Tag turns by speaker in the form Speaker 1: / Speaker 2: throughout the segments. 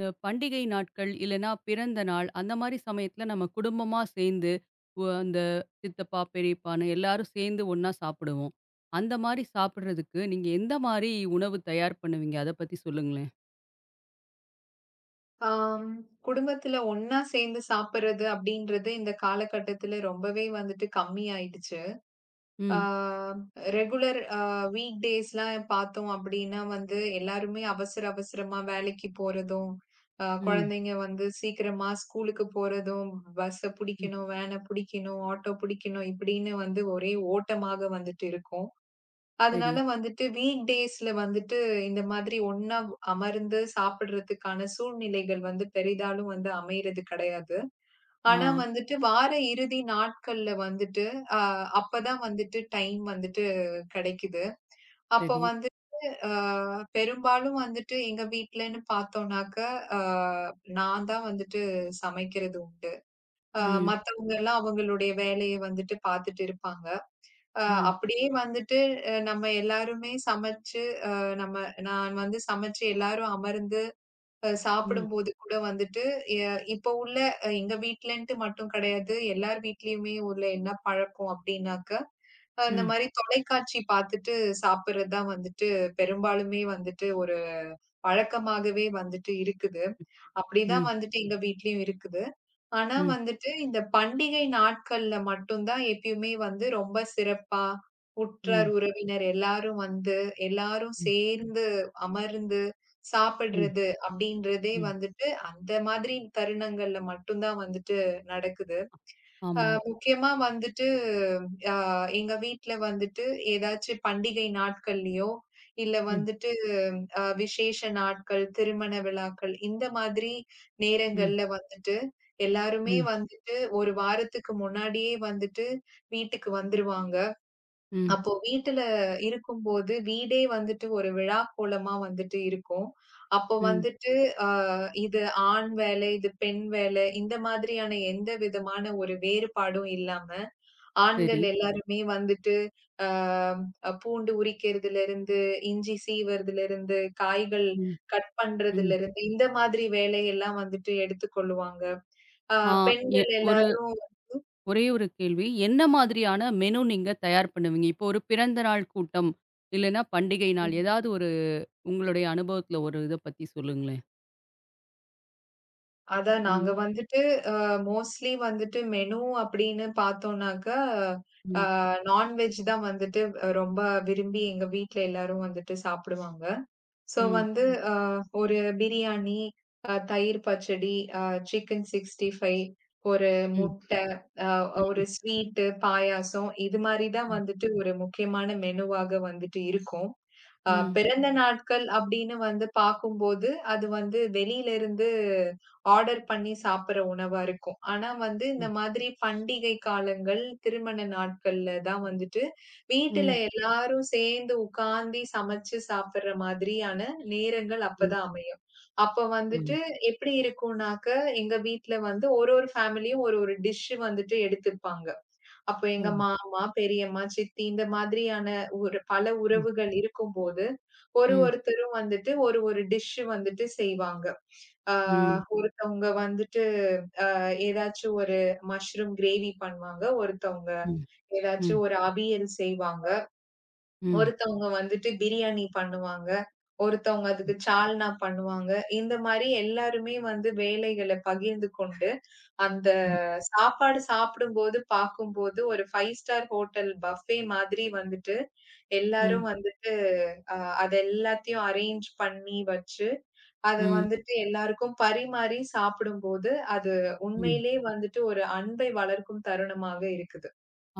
Speaker 1: பண்டிகை நாட்கள் இல்லைன்னா பிறந்த நாள் அந்த மாதிரி சமயத்துல நம்ம குடும்பமா சேர்ந்து ஒ அந்த சித்தப்பா, பெரியப்பான்னு எல்லாரும் சேர்ந்து ஒண்ணா சாப்பிடுவோம். அந்த மாதிரி சாப்பிடுறதுக்கு நீங்க எந்த மாதிரி உணவு தயார் பண்ணுவீங்க? அத பத்தி சொல்லுங்களேன்.
Speaker 2: ஆம். குடும்பத்துல ஒண்ணா சேர்ந்து சாப்பிடுறது அப்படின்றது இந்த காலகட்டத்துல ரொம்பவே வந்துட்டு கம்மி ஆயிடுச்சு. ஆ
Speaker 1: ம்,
Speaker 2: ரெகுலர் வீக் டேஸ்லாம் பார்த்தோம் அப்படின்னா வந்து எல்லாருமே அவசர அவசரமா வேலைக்கு போறதும்,
Speaker 1: ம்,
Speaker 2: குழந்தைங்க வந்து சீக்கிரமா ஸ்கூலுக்கு போறதும், பஸ்ஸ
Speaker 1: ம்.
Speaker 2: புடிக்கணும், வேன புடிக்கணும், ஆட்டோ புடிக்கணும் இப்படின்னு வந்து ஒரே ஓட்டமாக வந்துட்டு இருக்கும்.
Speaker 1: சரி.
Speaker 2: அதனால வந்துட்டு வீக் டேஸ்ல வந்துட்டு இந்த மாதிரி ஒண்ணா அமர்ந்து சாப்பிடுறதுக்கான சூழ்நிலைகள் வந்து பெரிதாலும் வந்து அமையறது கிடையாது.
Speaker 1: ஆ,
Speaker 2: ஆனா வந்துட்டு வார இறுதி நாட்கள்ல வந்துட்டு அ அப்பதான் வந்துட்டு டைம் வந்துட்டு கிடைக்குது. அப்போ
Speaker 1: சரி.
Speaker 2: வந்துட்டு அ பெரும்பாலும் வந்துட்டு எங்க வீட்லன்னு பார்த்தோம்னாக்க, அ நான் தான் வந்துட்டு சமைக்கிறது உண்டு. அ
Speaker 1: ம்,
Speaker 2: மத்தவங்கலாம் அவங்களுடைய வேலைய வந்துட்டு பார்த்துட்டு இருப்பாங்க. அ
Speaker 1: ம்,
Speaker 2: அப்படியே வந்துட்டு நம்ம எல்லாருமே சமைச்சு நம்ம நான் வந்து சமைச்சு எல்லாரும் அமர்ந்து
Speaker 1: ம்,
Speaker 2: சாப்பிடும்போது கூட வந்துட்டு, எ இப்போ உள்ள எங்க வீட்லன்ட்டு மட்டும் கிடையாது. எல்லார் வீட்லயுமே உள்ள என்ன பழக்கம் அப்டின்னாக்க, இந்த
Speaker 1: ம்,
Speaker 2: மாரி தொலைக்காட்சி பார்த்துட்டு சாப்பிடுறது தான் வந்துட்டு பெரும்பாலுமே வந்துட்டு ஒரு பழக்கமாகவே வந்துட்டு இருக்குது. அப்டிதான்
Speaker 1: ம்,
Speaker 2: வந்துட்டு எங்க வீட்லயும் இருக்குது. ஆனா
Speaker 1: ம்,
Speaker 2: வந்துட்டு, இந்த பண்டிகை நாட்கள்ல மட்டும் தான் எப்பயுமே வந்து ரொம்ப சிறப்பா, உற்றார்,
Speaker 1: ம்,
Speaker 2: உறவினர் எல்லாரும் வந்து, எல்லாரும்
Speaker 1: ம்,
Speaker 2: சேர்ந்து அமர்ந்து
Speaker 1: ம்,
Speaker 2: சாப்பிடுறது அப்படின்றதே
Speaker 1: ம்.
Speaker 2: வந்துட்டு, அந்த மாதிரி தருணங்கள்ல மட்டும் தான் வந்துட்டு நடக்குது.
Speaker 1: ஆமா.
Speaker 2: முக்கியமா வந்துட்டு அ எங்க வீட்ல வந்துட்டு ஏதாச்சு பண்டிகை நாட்கள்லயோ, இல்ல
Speaker 1: ம்,
Speaker 2: வந்துட்டு விசேஷ நாட்கள், திருமண விழாக்கள் இந்த மாதிரி
Speaker 1: ம்,
Speaker 2: நேரங்கள்ல வந்துட்டு, எல்லாருமே
Speaker 1: ம்,
Speaker 2: வந்துட்டு 1 வாரத்துக்கு முன்னாடியே வந்துட்டு வீட்டுக்கு வந்துருவாங்க.
Speaker 1: ம்,
Speaker 2: அப்போ வீட்டுல இருக்கும்போது, வீடே வந்துட்டு ஒரு விழா கோலமா வந்துட்டு இருக்கும். அப்போ
Speaker 1: ம்.
Speaker 2: வந்துட்டு அ இது ஆண் வேலை, இது பெண் வேலை இந்த மாதிரியான எந்த விதமான ஒரு வேறுபாடும் இல்லாம
Speaker 1: சரி.
Speaker 2: ஆண்கள் எல்லாருமே வந்துட்டு, பூண்டு உரிக்கிறதுலருந்து, இஞ்சி சீவறதுலருந்து, காய்கள்
Speaker 1: ம்,
Speaker 2: கட்
Speaker 1: ம்.
Speaker 2: பண்றதுலருந்து, இந்த மாதிரி வேலையெல்லாம் வந்துட்டு எடுத்துக்கொள்ளுவாங்க. அ
Speaker 1: ஆ எ
Speaker 2: பெண்கள்
Speaker 1: ஒரு
Speaker 2: எல்லாரும்
Speaker 1: ஒரே ஒரு கேள்வி. என்ன மாதிரியான மெனு நீங்க தயார் பண்ணுவீங்க? இப்போ ஒரு பிறந்த நாள் கூட்டம், இல்லன்னா பண்டிகை நாள் ஏதாவது ஒரு உங்களுடைய அனுபவத்துல ஒரு இத பத்தி சொல்லுங்களேன்?
Speaker 2: அதான் நாங்க
Speaker 1: ம்.
Speaker 2: வந்துட்டு மோஸ்ட்லி வந்துட்டு மெனு அப்படின்னு பார்த்தோம்னாக்கா,
Speaker 1: ம்.
Speaker 2: நான்வெஜ் தான் வந்துட்டு ரொம்ப விரும்பி எங்க வீட்ல எல்லாரும் வந்துட்டு சாப்பிடுவாங்க. சோ
Speaker 1: ம்.
Speaker 2: வந்து ம். ஒரு பிரியாணி, தயிர் பச்சடி, அ சிக்கன் 65, ஒரு
Speaker 1: ம்.
Speaker 2: முட்டை, அ ஒரு
Speaker 1: ம்.
Speaker 2: ஸ்வீட்டு, பாயாசம் இது மாரி தான்
Speaker 1: ம்.
Speaker 2: வந்துட்டு ஒரு முக்கியமான மெனுவாக வந்துட்டு இருக்கும்.
Speaker 1: ம்.
Speaker 2: பிறந்த நாட்கள் அப்படின்னு வந்து பார்க்கும்போது, அது வந்து வெளியில இருந்து ஆர்டர் பண்ணி சாப்பிடுற உணவா இருக்கும். ஆனா வந்து இந்த
Speaker 1: ம்.
Speaker 2: மாதிரி பண்டிகை காலங்கள், திருமண நாட்கள்ல தான் வந்துட்டு, வீட்டுல
Speaker 1: ம்.
Speaker 2: எல்லாரும் சேர்ந்து உட்கார்ந்து சமைச்சு சாப்பிடுற மாதிரியான நேரங்கள்
Speaker 1: ம்.
Speaker 2: அப்பதான் அமையும். அப்ப வந்துட்டு
Speaker 1: ம்.
Speaker 2: எப்படி இருக்கும்னாக்க, எங்க வீட்ல வந்து ஒரு ஒரு ஃபேமிலியும் ஒரு ஒரு டிஷ் வந்துட்டு எடுத்துப்பாங்க. அப்ப
Speaker 1: ஓ!
Speaker 2: எங்க மாமா, பெரியம்மா, சித்தி இந்த மாதிரியான ஒரு பல
Speaker 1: ம்.
Speaker 2: உறவுகள் இருக்கும்போது, ஒரு
Speaker 1: ம்.
Speaker 2: ஒருத்தரும் வந்துட்டு ஒரு ஒரு டிஷ் வந்துட்டு செய்வாங்க. ஆ
Speaker 1: ம்.
Speaker 2: ஒருத்தவங்க வந்துட்டு ஏதாச்சும் ஒரு மஷ்ரூம் கிரேவி பண்ணுவாங்க. ஒருத்தவங்க
Speaker 1: ம். ம்.
Speaker 2: ஏதாச்சும் ஒரு அவியல் செய்வாங்க.
Speaker 1: ம்.
Speaker 2: ஒருத்தவங்க வந்துட்டு பிரியாணி பண்ணுவாங்க. ஒருத்தவங்க அதுக்கு சால்னா பண்ணுவாங்க. இந்த மாரி எல்லாருமே வந்து வேலைகள பகிர்ந்து கொண்டு அந்த சாப்பாடு சாப்பிடும்போது பார்க்கும்போது, ஒரு 5 ஸ்டார் ஹோட்டல் பஃபே மாதிரி வந்துட்டு, எல்லாரும்
Speaker 1: ம்.
Speaker 2: வந்துட்டு அ அது எல்லாத்தையும் அரேஞ்ச் பண்ணி வச்சு, அத
Speaker 1: ம்.
Speaker 2: வந்துட்டு எல்லாருக்கும் பரிமாறி சாப்பிடும்போது, அது
Speaker 1: ம்.
Speaker 2: உண்மையிலே வந்துட்டு ஒரு அன்பை வளர்க்கும் தருணமாக இருக்குது.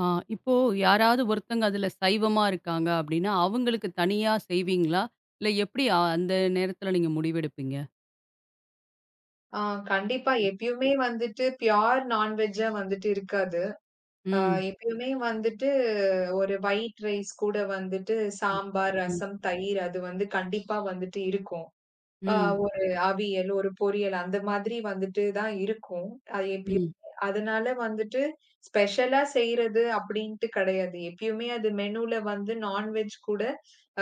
Speaker 1: ஆ இப்போ யாராவது ஒருத்தங்க அதுல சைவமா இருக்காங்க அப்டின்னா, அவங்களுக்கு தனியா செய்வீங்களா? இல்ல எப்படி அந்த நேரத்துல நீங்க முடிவெடுப்பீங்க?
Speaker 2: ஆ கண்டிப்பா எப்பயுமே வந்துட்டு பியூர் நான்வெஜ்ஜா வந்துட்டு இருக்காது. அ
Speaker 1: ம்.
Speaker 2: எப்பயுமே வந்துட்டு ஒரு ஒயிட் ரைஸ் கூட வந்துட்டு
Speaker 1: ம்.
Speaker 2: சாம்பார்,
Speaker 1: ம்.
Speaker 2: ரசம், தயிர் அது வந்து கண்டிப்பா வந்துட்டு இருக்கும். ஆ
Speaker 1: ம்.
Speaker 2: ஒரு அவியல், ஒரு பொரியல் அந்த மாதிரி வந்துட்டு தான் இருக்கும். அது எப்பயுமே.
Speaker 1: ம்.
Speaker 2: அதனால வந்துட்டு ஸ்பெஷலா செய்றது அப்படின்ட்டு கிடையாது. எப்பயுமே அது மெனூல வந்து நான்வெஜ் கூட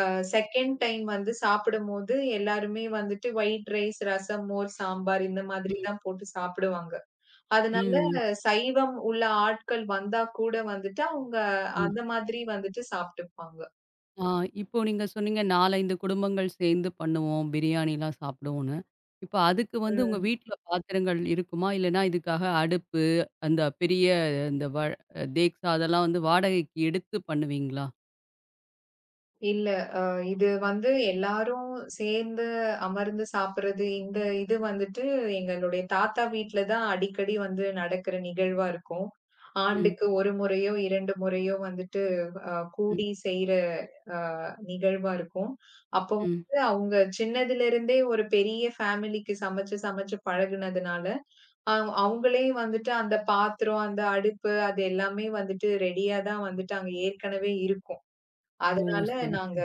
Speaker 2: அ 2ண்ட் டைம் வந்து சாப்பிடும்போது எல்லாருமே வந்துட்டு ஒயிட் ரைஸ், ரசம், மோர், சாம்பார் இந்த மாதிரி
Speaker 1: ம்.
Speaker 2: தான் போட்டு சாப்பிடுவாங்க. அதனால
Speaker 1: ம்.
Speaker 2: சைவம் உள்ள ஆட்கள் வந்தா கூட வந்துட்டு அவங்க
Speaker 1: ம்.
Speaker 2: அந்த மாதிரி வந்துட்டு சாப்பிட்டுப்பாங்க.
Speaker 1: ஆ இப்போ நீங்க சொன்னீங்க 4, 5 குடும்பங்கள் சேர்ந்து பண்ணுவோம். பிரியாணிலாம் சாப்பிடுவோம்ன்னு. இப்ப அதுக்கு வந்து உங்க
Speaker 2: ம்.
Speaker 1: வீட்ல பாத்திரங்கள் இருக்குமா? இல்லன்னா இதுக்காக அடுப்பு, அந்த பெரிய இந்த வ தேக்ஸா அதெல்லாம் வந்து வாடகைக்கு எடுத்து பண்ணுவீங்களா?
Speaker 2: இல்ல. அ இது வந்து எல்லாரும் சேர்ந்து அமர்ந்து சாப்பிடுறது, இந்த இது வந்துட்டு எங்களுடைய தாத்தா வீட்ல தான் அடிக்கடி வந்து நடக்கிற நிகழ்வா இருக்கும்.
Speaker 1: ம்.
Speaker 2: ஆண்டுக்கு 1 முறையோ, 2 முறையோ வந்துட்டு
Speaker 1: ம்.
Speaker 2: கூடி செய்ற அ நிகழ்வா இருக்கும். அப்போ
Speaker 1: ம்.
Speaker 2: வந்து அவங்க சின்னதிலிருந்தே ஒரு பெரிய ஃபேமிலிக்கு சமைச்சு, சமைச்சு பழகுனதுனால, அவங்களே வந்துட்டு அந்த பாத்திரம், அந்த அடுப்பு அது எல்லாமே வந்துட்டு ரெடியா தான் வந்துட்டு அங்க ஏற்கனவே இருக்கும்.
Speaker 1: ஓ!
Speaker 2: அதனால
Speaker 1: சரி,
Speaker 2: நாங்க
Speaker 1: சரி.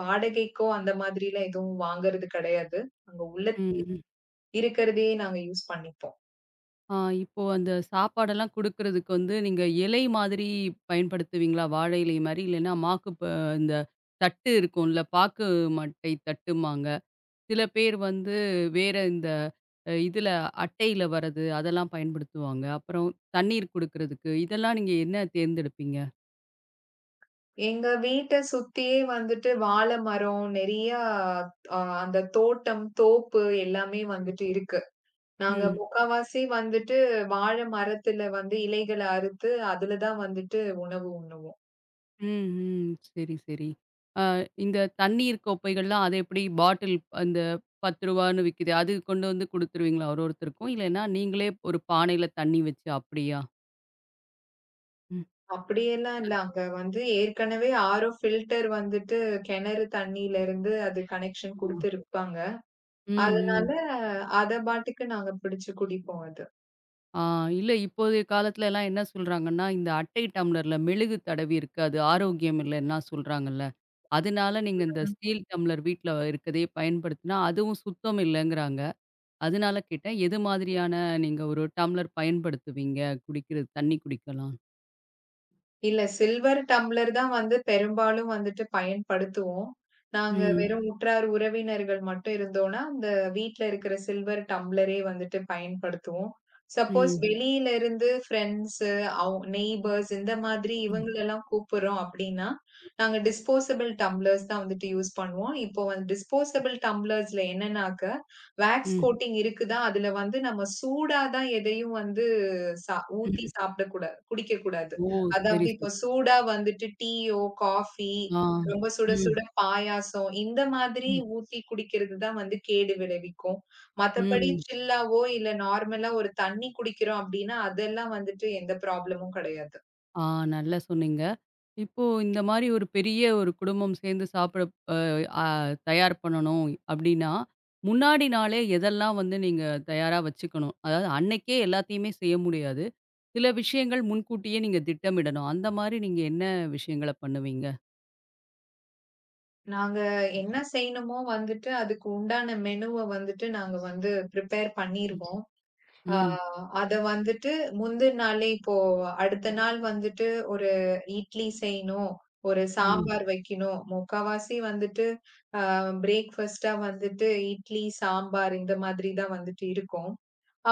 Speaker 2: வாடகைக்கோ அந்த மாதிரிலாம் எதுவும் வாங்குறது கிடையாது. அங்க உள்ள
Speaker 1: ம். ம்.
Speaker 2: இருக்கிறதையே நாங்க யூஸ் பண்ணிப்போம்.
Speaker 1: ஆ இப்போ அந்த சாப்பாடெல்லாம் குடுக்குறதுக்கு வந்து நீங்க இலை மாதிரி பயன்படுத்துவீங்களா? வாழை இலை மாரி? இல்லன்னா மாக்கு ப இந்த தட்டு இருக்கும்ல, பாக்கு மட்டை தட்டும்பாங்க. சில பேர் வந்து வேற இந்த அ இதுல அட்டையில வர்றது அதெல்லாம் பயன்படுத்துவாங்க. அப்புறம் தண்ணீர் குடுக்குறதுக்கு, இதெல்லாம் நீங்க என்ன தேர்ந்தெடுப்பீங்க?
Speaker 2: எங்க வீட்ட சுத்தியே வந்துட்டு வாழை மரம், நெறையா அந்த தோட்டம், தோப்பு எல்லாமே வந்துட்டு இருக்கு. நாங்க
Speaker 1: ம்.
Speaker 2: முக்காவாசி வந்துட்டு வாழை மரத்துல வந்து இலைகள அறுத்து, அதுல தான் வந்துட்டு உணவு உண்ணுவோம்.
Speaker 1: ம். ம். சரி, சரி. அ இந்த தண்ணீர் கோப்பைகள்லாம் அது எப்படி பாட்டில் அந்த ரூ. 10ன்னு விக்குது. அது கொண்டு வந்து குடுத்துருவீங்களா ஒரு ஒருத்தருக்கும்? இல்லைன்னா நீங்களே ஒரு பானையில தண்ணி வச்சு அப்படியா? ம்.
Speaker 2: அப்படியெல்லாம் இல்ல. அங்க வந்து ஏற்கனவே ஆரோ ஃபில்டர் வந்துட்டு கிணறு தண்ணியிலருந்து அது கனெக்ஷன்
Speaker 1: ம்.
Speaker 2: குடுத்துருப்பாங்க. அதனால
Speaker 1: ம்.
Speaker 2: அத பாட்டுக்கு நாங்க பிடிச்சு குடிப்போம் அது.
Speaker 1: ஆ இல்ல இப்போதைய காலத்துல எல்லாம் என்ன சொல்றாங்கன்னா, இந்த அட்டை டம்ளர்ல மெழுகு தடவி இருக்கு. அது ஆரோக்கியம் இல்லன்லாம் சொல்றாங்கல்ல. அதனால நீங்க இந்த
Speaker 2: ம்.
Speaker 1: ஸ்டீல் டம்ளர் வீட்ல இருக்கதே பயன்படுத்தினா, அதுவும் சுத்தம் இல்லங்கிறாங்க. அதனால கேட்டேன், எது மாதிரியான நீங்க ஒரு டம்ளர் பயன்படுத்துவீங்க? குடிக்கிற தண்ணி குடிக்கலாம்.
Speaker 2: இல்ல சில்வர் டம்ளர் தான் வந்து பெரும்பாலும் வந்துட்டு பயன்படுத்துவோம். நாங்க
Speaker 1: ம்,
Speaker 2: வெறும் உற்றார் உறவினர்கள் மட்டும் இருந்தோம்னா, அந்த வீட்ல இருக்கிற சில்வர் டம்ளரே வந்துட்டு பயன்படுத்துவோம். சப்போஸ்
Speaker 1: ம்,
Speaker 2: வெளியில இருந்து ஃபிரெண்ட்ஸ், நெய்பர்ஸ் இந்த மாதிரி
Speaker 1: ம்,
Speaker 2: இவங்களெல்லாம் கூப்பிடுறோம் அப்படின்னா, நாங்க டிஸ்போசபிள் டம்ளர்ஸ் தான் வந்துட்டு யூஸ் பண்ணுவோம். இப்போ வந்து டிஸ்போசபிள் டம்ளர்ஸ்ல என்னன்னாக்க, வேக்ஸ்
Speaker 1: ம்,
Speaker 2: கோட்டிங் இருக்குதா, அதுல வந்து நம்ம சூடா தான் எதையும் வந்து சா ஊத்தி
Speaker 1: ம்.
Speaker 2: சாப்பிடக்கூடாது, குடிக்கக்கூடாது.
Speaker 1: ஓ!
Speaker 2: அதாவது
Speaker 1: சரி,
Speaker 2: இப்போ
Speaker 1: சரி.
Speaker 2: சூடா வந்துட்டு டீயோ, காஃபி,
Speaker 1: ஆ.
Speaker 2: ரொம்ப சுட
Speaker 1: ம்,
Speaker 2: சுட பாயாசம், இந்த மாதிரி
Speaker 1: ம்,
Speaker 2: ஊத்தி குடிக்கிறது தான் வந்து கேடு விளைவிக்கும். மத்தபடி
Speaker 1: ம்.
Speaker 2: சில்லாவோ, இல்ல நார்மலா ஒரு தண்ணி குடிக்கிறோம் அப்டின்னா, அதெல்லாம் வந்துட்டு எந்த ப்ராப்ளமும் கெடையாது.
Speaker 1: ஆ, நல்லா சொன்னீங்க. இப்போ இந்த மாரி ஒரு பெரிய ஒரு குடும்பம் சேர்ந்து சாப்பிட அ அ தயார் பண்ணணும் அப்டின்னா, முன்னாடி நாளே எதெல்லாம் வந்து நீங்க தயாரா வச்சுக்கணும்? அதாவது அன்னைக்கே எல்லாத்தையுமே செய்ய முடியாது. சில விஷயங்கள் முன்கூட்டியே நீங்க திட்டமிடணும். அந்த மாரி நீங்க என்ன விஷயங்கள பண்ணுவீங்க?
Speaker 2: நாங்க என்ன செய்யணுமோ வந்துட்டு அதுக்கு உண்டான மெனுவ வந்துட்டு நாங்க வந்து ப்ரிப்பேர்
Speaker 1: ம்.
Speaker 2: பண்ணிருவோம். ஆ
Speaker 1: ம்.
Speaker 2: அத வந்துட்டு முந்தின நாளே இப்போ அடுத்த நாள் வந்துட்டு ஒரு இட்லி செய்யணும், ஒரு
Speaker 1: ம்.
Speaker 2: சாம்பார் வைக்கணும். முக்காவாசி வந்துட்டு பிரேக்ஃபாஸ்ட்டா வந்துட்டு இட்லி, சாம்பார் இந்த மாதிரி தான் வந்துட்டு இருக்கும்.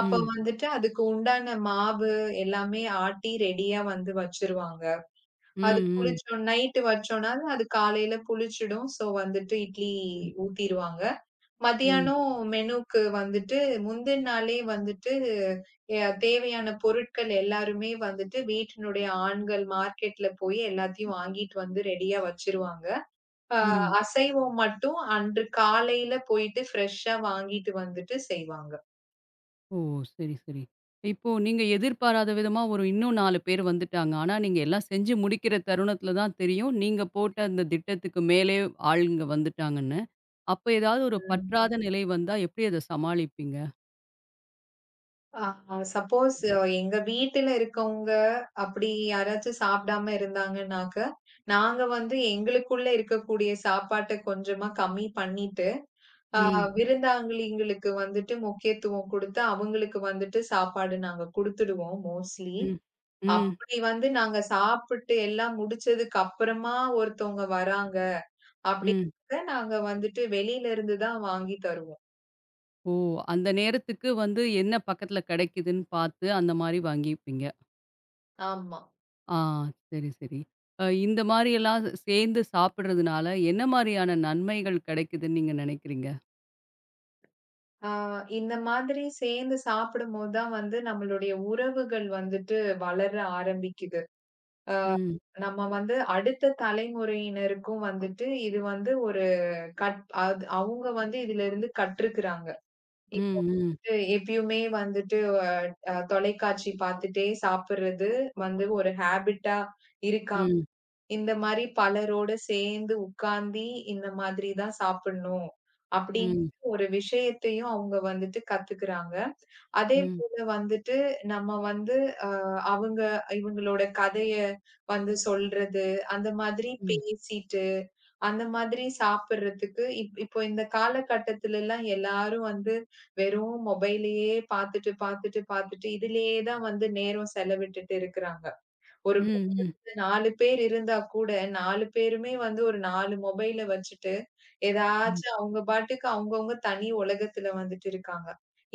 Speaker 2: அப்ப வந்துட்டு அதுக்கு உண்டான மாவு எல்லாமே ஆட்டி ரெடியா வந்து வச்சுருவாங்க. அது
Speaker 1: ம்.
Speaker 2: புளிச்சோம் நைட்டு வச்சோம்னாலும் அது காலையில புளிச்சிடும். ஸோ வந்துட்டு இட்லி
Speaker 1: ம்.
Speaker 2: ஊத்திருவாங்க.
Speaker 1: ம்.
Speaker 2: மதியானம் மெனுக்கு வந்துட்டு முந்தின நாளே வந்துட்டு எ தேவையான பொருட்கள் எல்லாருமே வந்துட்டு வீட்டினுடைய ஆண்கள் மார்க்கெட்ல போய் எல்லாத்தையும் வாங்கிட்டு வந்து ரெடியா வச்சுருவாங்க. ஆ
Speaker 1: ம்.
Speaker 2: அசைவம் மட்டும் அன்று காலையில போயிட்டு ஃப்ரெஷ்ஷா வாங்கிட்டு வந்துட்டு செய்வாங்க.
Speaker 1: ஓ! சரி, சரி. இப்போ நீங்க எதிர்பாராத விதமா ஒரு இன்னும் 4 பேர் வந்துட்டாங்க. ஆனா, நீங்க எல்லாம் செஞ்சு முடிக்கிற தருணத்தில தான் தெரியும், நீங்க போட்ட அந்த திட்டத்துக்கு மேலே ஆளுங்க வந்துட்டாங்கன்னு. அப்ப ஏதாவது ஒரு
Speaker 2: ம்.
Speaker 1: பற்றாத நிலை வந்தா எப்படி அத சமாளிப்பீங்க?
Speaker 2: ஆ சப்போஸ் எங்க வீட்டுல இருக்கவங்க அப்படி யாராச்சும் சாப்பிடாம இருந்தாங்கன்னாக்க, நாங்க வந்து எங்களுக்குள்ள இருக்கக்கூடிய சாப்பாட்ட கொஞ்சமா கம்மி பண்ணிட்டு, ஆ
Speaker 1: ம்,
Speaker 2: விருந்தாளிங்களுக்கு வந்துட்டு முக்கியத்துவம் குடுத்து, அவங்களுக்கு வந்துட்டு சாப்பாடு நாங்க குடுத்துடுவோம் மோஸ்ட்லி.
Speaker 1: ம், ம்,
Speaker 2: அப்படி வந்து நாங்க சாப்பிட்டு எல்லாம் முடிச்சதுக்கு அப்புறமா ஒருத்தவங்க வராங்க.
Speaker 1: ம்.
Speaker 2: அப்படினாக்க நாங்க வந்துட்டு வெளியில இருந்து தான் வாங்கி தருவோம்.
Speaker 1: ஓ! அந்த நேரத்துக்கு வந்து என்ன பக்கத்தில கிடைக்குதுன்னு பார்த்து அந்த மாரி வாங்கிப்பீங்க.
Speaker 2: ஆமா.
Speaker 1: ஆ, சரி, சரி. இந்த மாரியெல்லாம் சேர்ந்து சாப்பிடுறதுனால என்ன மாரியான நன்மைகள் கிடைக்குதுன்னு நீங்க நினைக்கிறீங்க?
Speaker 2: ஆ இந்த மாதிரி சேர்ந்து சாப்பிடும்போது தான் வந்து நம்மளுடைய உறவுகள் வந்துட்டு வளர ஆரம்பிக்குது.
Speaker 1: ம்,
Speaker 2: நம்ம வந்து அடுத்த தலைமுறையினருக்கும் வந்துட்டு இது வந்து ஒரு கட் அது அவங்க வந்து இதிலிருந்து கற்றுக்கிறாங்க.
Speaker 1: ம், ம்,
Speaker 2: எப்பயுமே வந்துட்டு தொலைக்காட்சி பார்த்துட்டே சாப்பிடுறது வந்து ஒரு ஹேபிட்டா இருக்கா.
Speaker 1: ம்.
Speaker 2: இந்த மாரி பலரோட சேர்ந்து உட்கார்ந்து, இந்த மாதிரி தான் சாப்பிடணும். அப்படிங்கிற
Speaker 1: ம்,
Speaker 2: ஒரு விஷயத்தையும் அவங்க வந்துட்டு கத்துக்குறாங்க.
Speaker 1: ம்,
Speaker 2: அதேபோல வந்துட்டு நம்ம வந்து அவங்க இவங்களோட கதைய வந்து சொல்றது, அந்த மாதிரி
Speaker 1: ம்,
Speaker 2: பேசிட்டு, அந்த மாதிரி சாப்பிடுறதுக்கு இப்போ இந்த காலகட்டத்துலலாம் எல்லாரும் வந்து வெறும் மொபைலயே பார்த்துட்டு, பார்த்துட்டு, பார்த்துட்டு, இதிலேயே தான் வந்து நேரம் செலவிட்டுட்டு இருக்கிறாங்க. ஒரு
Speaker 1: ம், ம்,
Speaker 2: குடும்பத்துல 4 பேர் இருந்தா கூட, 4 பேருமே வந்து ஒரு 4 மொபைல வச்சுட்டு,
Speaker 1: ம்,
Speaker 2: ஏதாச்சும் அவங்க பாட்டுக்கு அவங்கவங்க தனி உலகத்துல வந்துட்டு இருக்காங்க.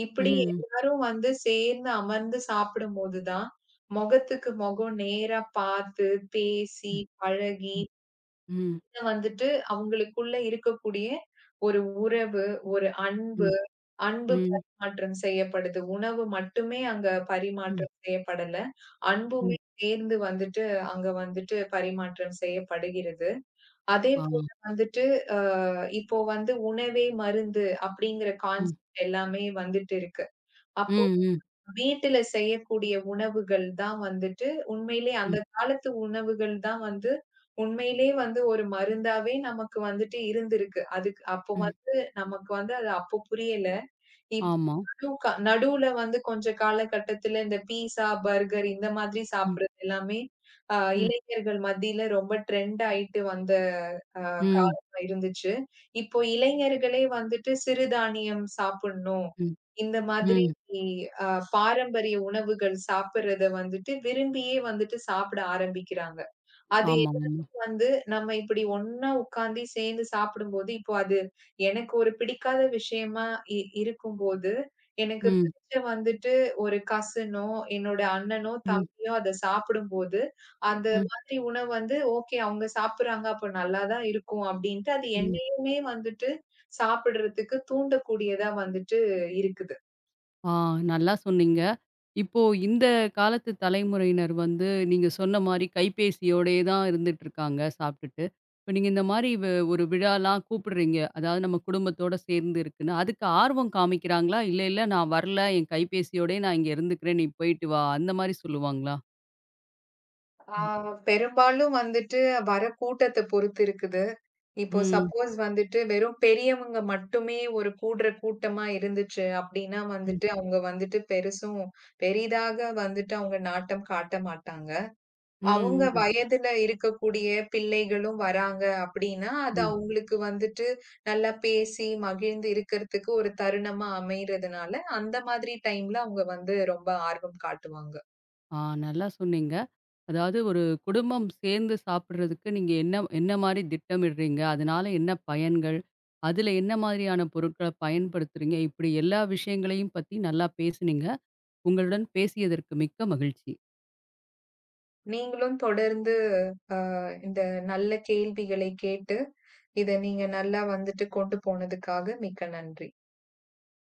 Speaker 2: இப்படி
Speaker 1: ம்,
Speaker 2: எல்லாரும் வந்து சேர்ந்து அமர்ந்து சாப்பிடும்போது தான், முகத்துக்கு முகம் நேரா பார்த்து, பேசி,
Speaker 1: ம்,
Speaker 2: பழகி,
Speaker 1: ம், ம்,
Speaker 2: இத வந்துட்டு அவங்களுக்குள்ள இருக்கக்கூடிய ஒரு உறவு, ஒரு அன்பு அன்பு
Speaker 1: ம்,
Speaker 2: பரிமாற்றம் செய்யப்படுது. உணவு மட்டுமே அங்க
Speaker 1: ம்,
Speaker 2: பரிமாற்றம் செய்யப்படல. அன்புமே
Speaker 1: ம்.
Speaker 2: சேர்ந்து வந்துட்டு அங்க வந்துட்டு பரிமாற்றம் செய்யப்படுகிறது.
Speaker 1: ஆ,
Speaker 2: அதேபோல வந்துட்டு இப்போ வந்து உணவே மருந்து அப்படிங்கிற
Speaker 1: ம்,
Speaker 2: கான்செப்ட் எல்லாமே வந்துட்டு இருக்கு. அப்போ
Speaker 1: ம், ம்,
Speaker 2: வீட்டுல செய்யக்கூடிய உணவுகள் தான் வந்துட்டு உண்மையிலே அந்த
Speaker 1: ம்,
Speaker 2: காலத்து உணவுகள் தான் வந்து உண்மையிலே வந்து ஒரு மருந்தாவே நமக்கு வந்துட்டு இருந்திருக்கு. அதுக்கு அப்போ
Speaker 1: ம்.
Speaker 2: வந்து நமக்கு வந்து அது அப்போ புரியல. இப்
Speaker 1: ஆமா.
Speaker 2: நடு கா நடுவுல வந்து கொஞ்ச காலகட்டத்துல இந்த பீஸா, பர்கர் இந்த மாதிரி
Speaker 1: ம்,
Speaker 2: சாப்பிடுறது எல்லாமே, அ
Speaker 1: ம்,
Speaker 2: இளைஞர்கள் மத்தியில ரொம்ப ட்ரெண்ட் ஆயிட்டு வந்த அ
Speaker 1: ம்,
Speaker 2: காலமா இருந்துச்சு. இப்போ இளைஞர்களே வந்துட்டு சிறுதானியம் சாப்பிடணும்.
Speaker 1: ம்,
Speaker 2: இந்த மாதிரி
Speaker 1: ம்.
Speaker 2: அ பாரம்பரிய உணவுகள் சாப்பிடுறத வந்துட்டு விரும்பியே வந்துட்டு சாப்பிட ஆரம்பிக்கிறாங்க. அது
Speaker 1: ஆமா, ஆமா.
Speaker 2: வந்து நம்ம இப்படி ஒண்ணா உட்கார்ந்து சேர்ந்து சாப்பிடும்போது, இப்போ அது எனக்கு ஒரு பிடிக்காத விஷயமா இருக்கும்போது, எனக்கு
Speaker 1: ம்,
Speaker 2: பிடிச்ச வந்துட்டு ஒரு கசினோ, என்னோட அண்ணனோ,
Speaker 1: ம்,
Speaker 2: தம்பியோ அத சாப்பிடும்போது, அந்த
Speaker 1: ம்,
Speaker 2: மாதிரி உணவு வந்து ஓகே அவங்க சாப்பிடுறாங்க, அப்ப நல்லா தான் இருக்கும் அப்படின்ட்டு அது
Speaker 1: ம்.
Speaker 2: என்னையுமே வந்துட்டு சாப்பிடுறதுக்கு தூண்டக்கூடியதா வந்துட்டு இருக்குது.
Speaker 1: ஆ, நல்லா சொன்னீங்க. இப்போ இந்த காலத்து தலைமுறையினர் வந்து நீங்க சொன்ன மாரி கைபேசியோடயே தான் இருந்துட்டு இருக்காங்க சாப்பிட்டுட்டு. இப்ப நீங்க இந்த மாரி ஒரு விழாலாம் கூப்பிடுறீங்க. அதாவது நம்ம குடும்பத்தோட சேர்ந்து இருக்குன்னு. அதுக்கு ஆர்வம் காமிக்கிறாங்களா? இல்ல, இல்ல நான் வரல. என் கைபேசியோடயே நான் இங்க இருந்துக்கிறேன். நீ போயிட்டு வா. அந்த மாரி சொல்லுவாங்களா?
Speaker 2: ஆ
Speaker 1: ம்.
Speaker 2: பெரும்பாலும் வந்துட்டு வர கூட்டத்த பொறுத்து இருக்குது. இப்போ
Speaker 1: ம்.
Speaker 2: சப்போஸ் வந்துட்டு வெறும் பெரியவங்க மட்டுமே ஒரு கூடுற கூட்டமா இருந்துச்சு அப்டின்னா
Speaker 1: ம்.
Speaker 2: வந்துட்டு, அவங்க வந்துட்டு பெருசும் பெரிதாக வந்துட்டு அவங்க நாட்டம் காட்ட மாட்டாங்க. அவங்க
Speaker 1: ம், ம்.
Speaker 2: வயதுல இருக்கக்கூடிய பிள்ளைகளும் வராங்க அப்டின்னா, அது
Speaker 1: ம்.
Speaker 2: அவங்களுக்கு வந்துட்டு நல்லா பேசி மகிழ்ந்து இருக்கறதுக்கு ஒரு தருணமா அமைறதுனால, அந்த மாதிரி டைம்ல அவங்க வந்து ரொம்ப ஆர்வம் காட்டுவாங்க.
Speaker 1: ஆ, நல்லா சொன்னீங்க. அதாவது ஒரு குடும்பம் சேர்ந்து சாப்பிடுறதுக்கு நீங்க என்ன என்ன மாரி திட்டமிடுறீங்க? அதனால என்ன பயன்கள்? அதுல என்ன மாதிரியான பொருட்கள பயன்படுத்துறீங்க? இப்படி எல்லா விஷயங்களையும் பத்தி நல்லா பேசுனீங்க. உங்களுடன் பேசியதற்கு மிக்க மகிழ்ச்சி.
Speaker 2: நீங்களும் தொடர்ந்து இந்த நல்ல கேள்விகளை கேட்டு, இத நீங்க நல்லா வந்துட்டு கொண்டு போனதுக்காக மிக்க நன்றி.